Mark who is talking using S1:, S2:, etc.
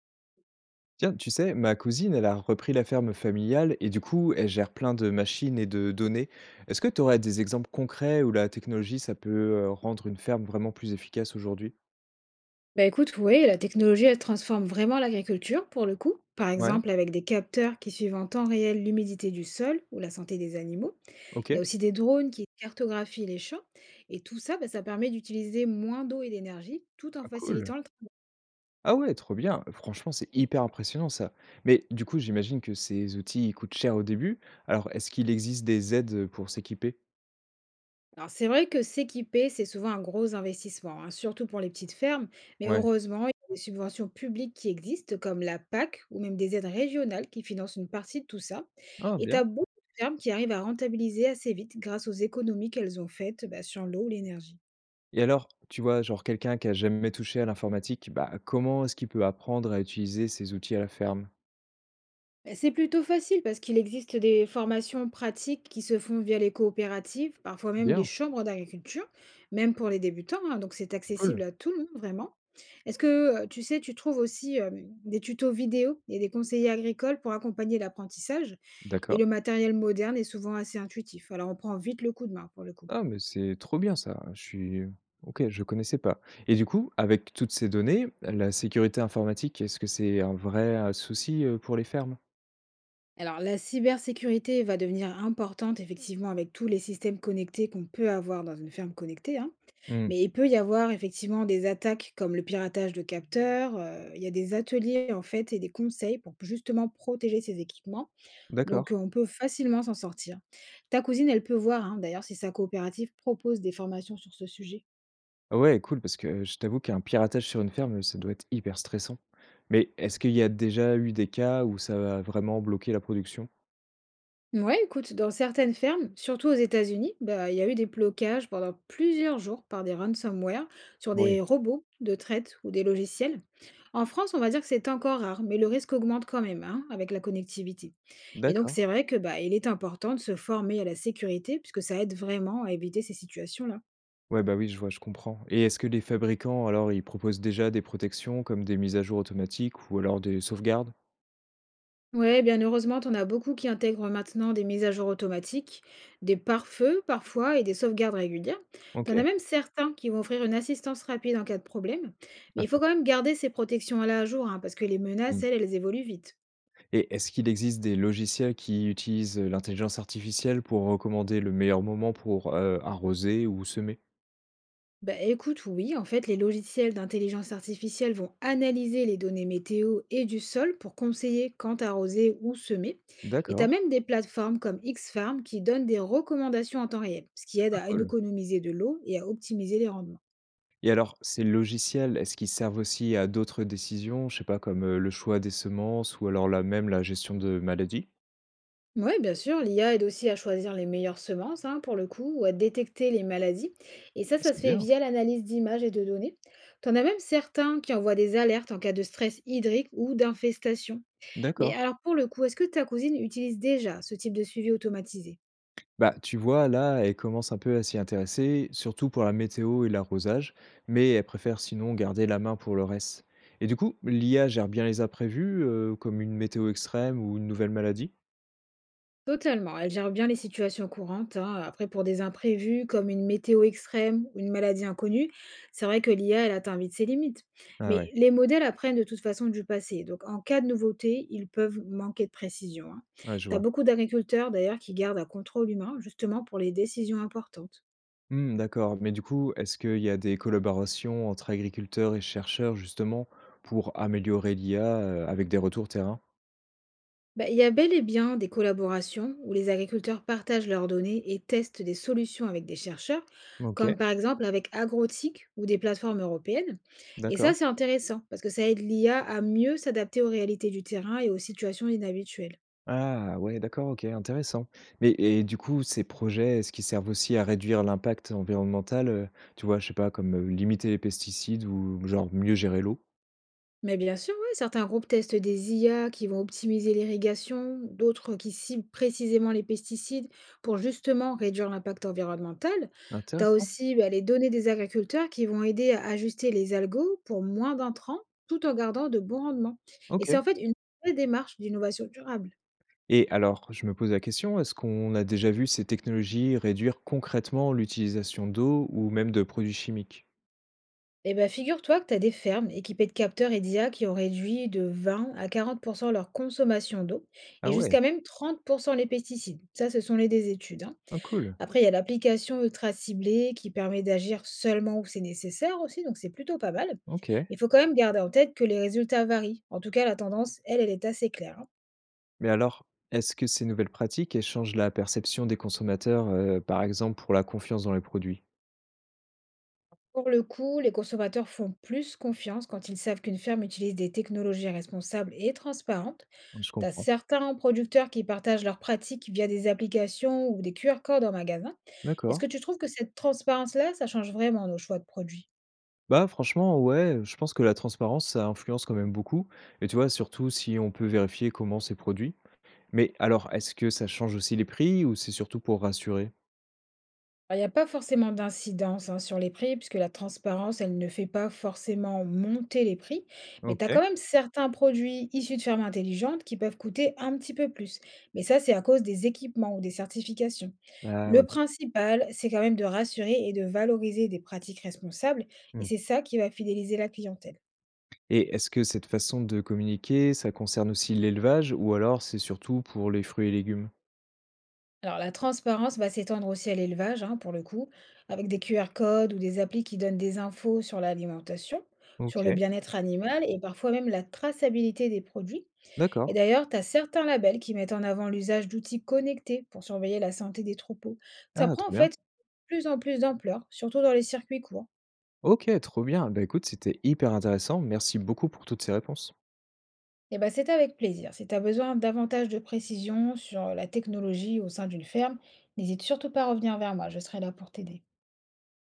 S1: Tiens, tu sais, ma cousine, elle a repris la ferme familiale et du coup, elle gère plein de machines et de données. Est-ce que tu aurais des exemples concrets où la technologie, ça peut rendre une ferme vraiment plus efficace aujourd'hui?
S2: Bah écoute, oui, la technologie, elle transforme vraiment l'agriculture pour le coup. Par
S1: Ouais,
S2: exemple, avec des capteurs qui suivent en temps réel l'humidité du sol ou la santé des animaux.
S1: ok,
S2: Il y a aussi des drones qui cartographient les champs. Et tout ça, bah, ça permet d'utiliser moins d'eau et d'énergie tout en
S1: ah, cool.
S2: facilitant le
S1: Ah ouais, trop bien. Franchement, c'est hyper impressionnant ça. Mais du coup, j'imagine que ces outils ils coûtent cher au début. Alors, est-ce qu'il existe des aides pour s'équiper?
S2: Alors c'est vrai que s'équiper, c'est souvent un gros investissement, hein, surtout pour les petites fermes, mais
S1: Ouais.
S2: heureusement, il y a des subventions publiques qui existent, comme la PAC ou même des aides régionales qui financent une partie de tout ça.
S1: Ah,
S2: Et tu
S1: bien.
S2: as beaucoup de fermes qui arrivent à rentabiliser assez vite grâce aux économies qu'elles ont faites bah, sur l'eau ou l'énergie.
S1: Et alors, tu vois, genre quelqu'un qui a jamais touché à l'informatique, bah comment est-ce qu'il peut apprendre à utiliser ces outils à la ferme?
S2: Beh, c'est plutôt facile parce qu'il existe des formations pratiques qui se font via les coopératives, parfois même les
S1: Bien,
S2: chambres d'agriculture, même pour les débutants, hein, donc c'est
S1: cool.
S2: accessible à tout le monde vraiment. Est-ce que tu sais, tu trouves aussi des tutos vidéo et des conseillers agricoles pour accompagner l'apprentissage et
S1: D'accord.
S2: le matériel moderne est souvent assez intuitif. Alors on prend vite le coup de main pour le coup.
S1: Ah, mais c'est trop bien ça. Je suis OK, je connaissais pas et du coup, avec toutes ces données, la sécurité informatique, est-ce que c'est un vrai, souci, pour les fermes?
S2: Alors la cybersécurité va devenir importante effectivement avec tous les systèmes connectés qu'on peut avoir dans une ferme connectée, hein.
S1: Mmh,
S2: Mais il peut y avoir effectivement des attaques comme le piratage de capteurs. Il y a des ateliers en fait et des conseils pour justement protéger ces équipements. Donc
S1: d'accord.
S2: on peut facilement s'en sortir. Ta cousine, elle peut voir hein, d'ailleurs si sa coopérative propose des formations sur ce sujet.
S1: Ah ouais, cool parce que je t'avoue qu'un piratage sur une ferme, ça doit être hyper stressant. Mais est-ce qu'il y a déjà eu des cas où ça a vraiment bloqué la production?
S2: Ouais, écoute, dans certaines fermes, surtout aux États-Unis, bah, il y a eu des blocages pendant plusieurs jours par des ransomware sur
S1: Oui.
S2: des robots de traite ou des logiciels. En France, on va dire que c'est encore rare, mais le risque augmente quand même hein, avec la connectivité. Et donc,
S1: D'accord.
S2: c'est vrai que, bah, il est important de se former à la sécurité puisque ça aide vraiment à éviter ces situations-là.
S1: Ouais, bah, oui, je vois, je comprends et est-ce que les fabricants, alors, ils proposent déjà des protections comme des mises à jour automatiques ou alors des sauvegardes?
S2: Ouais, bien heureusement, t'en as beaucoup qui intègrent maintenant des mises à jour automatiques, des pare-feux parfois et des sauvegardes régulières. T'en
S1: OK.
S2: as même certains qui vont offrir une assistance rapide en cas de problème, mais
S1: Ah
S2: il faut
S1: top.
S2: quand même garder ces protections à la jour hein, parce que les
S1: Mmh.
S2: menaces, elles, elles évoluent vite.
S1: Et est-ce qu'il existe des logiciels qui utilisent l'intelligence artificielle pour recommander le meilleur moment pour, arroser ou semer?
S2: Bah écoute, oui, en fait, les logiciels d'intelligence artificielle vont analyser les données météo et du sol pour conseiller quand arroser ou semer. Et tu
S1: D'accord.
S2: as même des plateformes comme Xfarm qui donnent des recommandations en temps réel, ce qui aide
S1: Ah
S2: à
S1: cool.
S2: économiser de l'eau et à optimiser les rendements.
S1: Et alors ces logiciels, est-ce qu'ils servent aussi à d'autres décisions? Je sais pas comme, le choix des semences ou alors là même la gestion de maladies?
S2: Oui, bien sûr, l'IA aide aussi à choisir les meilleures semences, hein, pour le coup, ou à détecter les maladies. Et ça
S1: C'est
S2: se fait
S1: bien,
S2: via l'analyse d'images et de données. T'en as même certains qui envoient des alertes en cas de stress hydrique ou d'infestation. Mais
S1: d'accord.
S2: alors pour le coup, est-ce que ta cousine utilise déjà ce type de suivi automatisé?
S1: Bah, tu vois là, elle commence un peu à s'y intéresser, surtout pour la météo et l'arrosage, mais elle préfère sinon garder la main pour le reste. Et du coup, l'IA gère bien les imprévus, comme une météo extrême ou une nouvelle maladie?
S2: Totalement, elle gère bien les situations courantes, hein. Après, pour des imprévus comme une météo extrême ou une maladie inconnue, c'est vrai que l'IA, elle atteint vite ses limites.
S1: Ah
S2: Mais
S1: ouais,
S2: les modèles apprennent de toute façon du passé. Donc, en cas de nouveauté, ils peuvent manquer de précision, hein.
S1: ouais, je
S2: T'as
S1: vois.
S2: beaucoup d'agriculteurs d'ailleurs qui gardent un contrôle humain justement pour les décisions importantes.
S1: Mmh, d'accord. Mais du coup, est-ce qu'il y a des collaborations entre agriculteurs et chercheurs, justement, pour améliorer l'IA, avec des retours terrain?
S2: Bah, il y a bel et bien des collaborations où les agriculteurs partagent leurs données et testent des solutions avec des chercheurs,
S1: OK,
S2: comme par exemple avec Agrotic ou des plateformes européennes. Et ça,
S1: d'accord.
S2: c'est intéressant parce que ça aide l'IA à mieux s'adapter aux réalités du terrain et aux situations inhabituelles.
S1: Ah ouais, d'accord, OK, intéressant. Mais et du coup, ces projets, est-ce qu'ils servent aussi à réduire l'impact environnemental, tu vois, je sais pas, comme, limiter les pesticides ou genre mieux gérer l'eau?
S2: Mais bien sûr, ouais, certains groupes testent des IA qui vont optimiser l'irrigation, d'autres qui ciblent précisément les pesticides pour justement réduire l'impact environnemental. Tu as
S1: Intéressant,
S2: aussi bah, les données des agriculteurs qui vont aider à ajuster les algos pour moins d'intrants tout en gardant de bons rendements. Et
S1: OK.
S2: c'est en fait une vraie démarche d'innovation durable.
S1: Et alors, je me pose la question, est-ce qu'on a déjà vu ces technologies réduire concrètement l'utilisation d'eau ou même de produits chimiques?
S2: Eh bien, figure-toi que tu as des fermes équipées de capteurs et d'IA qui ont réduit de 20 à 40% leur consommation d'eau
S1: Ah
S2: et
S1: ouais?
S2: jusqu'à même 30% les pesticides. Ça, ce sont les des études, hein.
S1: Oh cool,
S2: Après, il y a l'application ultra ciblée qui permet d'agir seulement où c'est nécessaire aussi, donc c'est plutôt pas mal.
S1: OK.
S2: Mais il faut quand même garder en tête que les résultats varient. En tout cas, la tendance, elle, elle est assez claire, hein.
S1: Mais alors, est-ce que ces nouvelles pratiques, elles changent la perception des consommateurs, par exemple pour la confiance dans les produits?
S2: Pour le coup, les consommateurs font plus confiance quand ils savent qu'une ferme utilise des technologies responsables et transparentes.
S1: Je
S2: Tu as
S1: comprends.
S2: certains producteurs qui partagent leurs pratiques via des applications ou des QR codes en magasin. Est-ce
S1: D'accord.
S2: que tu trouves que cette transparence-là, ça change vraiment nos choix de produits?
S1: Bah, franchement, ouais, je pense que la transparence, ça influence quand même beaucoup et tu vois, surtout si on peut vérifier comment c'est produit. Mais alors, est-ce que ça change aussi les prix ou c'est surtout pour rassurer?
S2: Alors, il n'y a pas forcément d'incidence hein, sur les prix, puisque la transparence, elle ne fait pas forcément monter les prix, mais tu as
S1: OK.
S2: quand même certains produits issus de fermes intelligentes qui peuvent coûter un petit peu plus. Mais ça, c'est à cause des équipements ou des certifications.
S1: Ah ouais.
S2: Le principal, c'est quand même de rassurer et de valoriser des pratiques responsables, et
S1: Mmh
S2: c'est ça qui va fidéliser la clientèle.
S1: et est-ce que cette façon de communiquer, ça concerne aussi l'élevage ou alors c'est surtout pour les fruits et légumes?
S2: Alors, la transparence va s'étendre aussi à l'élevage, hein, pour le coup, avec des QR codes ou des applis qui donnent des infos sur l'alimentation, sur le
S1: OK,
S2: bien-être animal et parfois même la traçabilité des produits.
S1: d'accord.
S2: Et d'ailleurs, tu as certains labels qui mettent en avant l'usage d'outils connectés pour surveiller la santé des troupeaux. Ça
S1: Ah,
S2: prend
S1: trop
S2: en
S1: bien.
S2: fait de plus en plus d'ampleur, surtout dans les circuits courts.
S1: OK, trop bien. Bah, écoute, c'était hyper intéressant. Merci beaucoup pour toutes ces réponses.
S2: Et ben, c'est avec plaisir. Si tu as besoin davantage de précision sur la technologie au sein d'une ferme, n'hésite surtout pas à revenir vers moi, je serai là pour t'aider.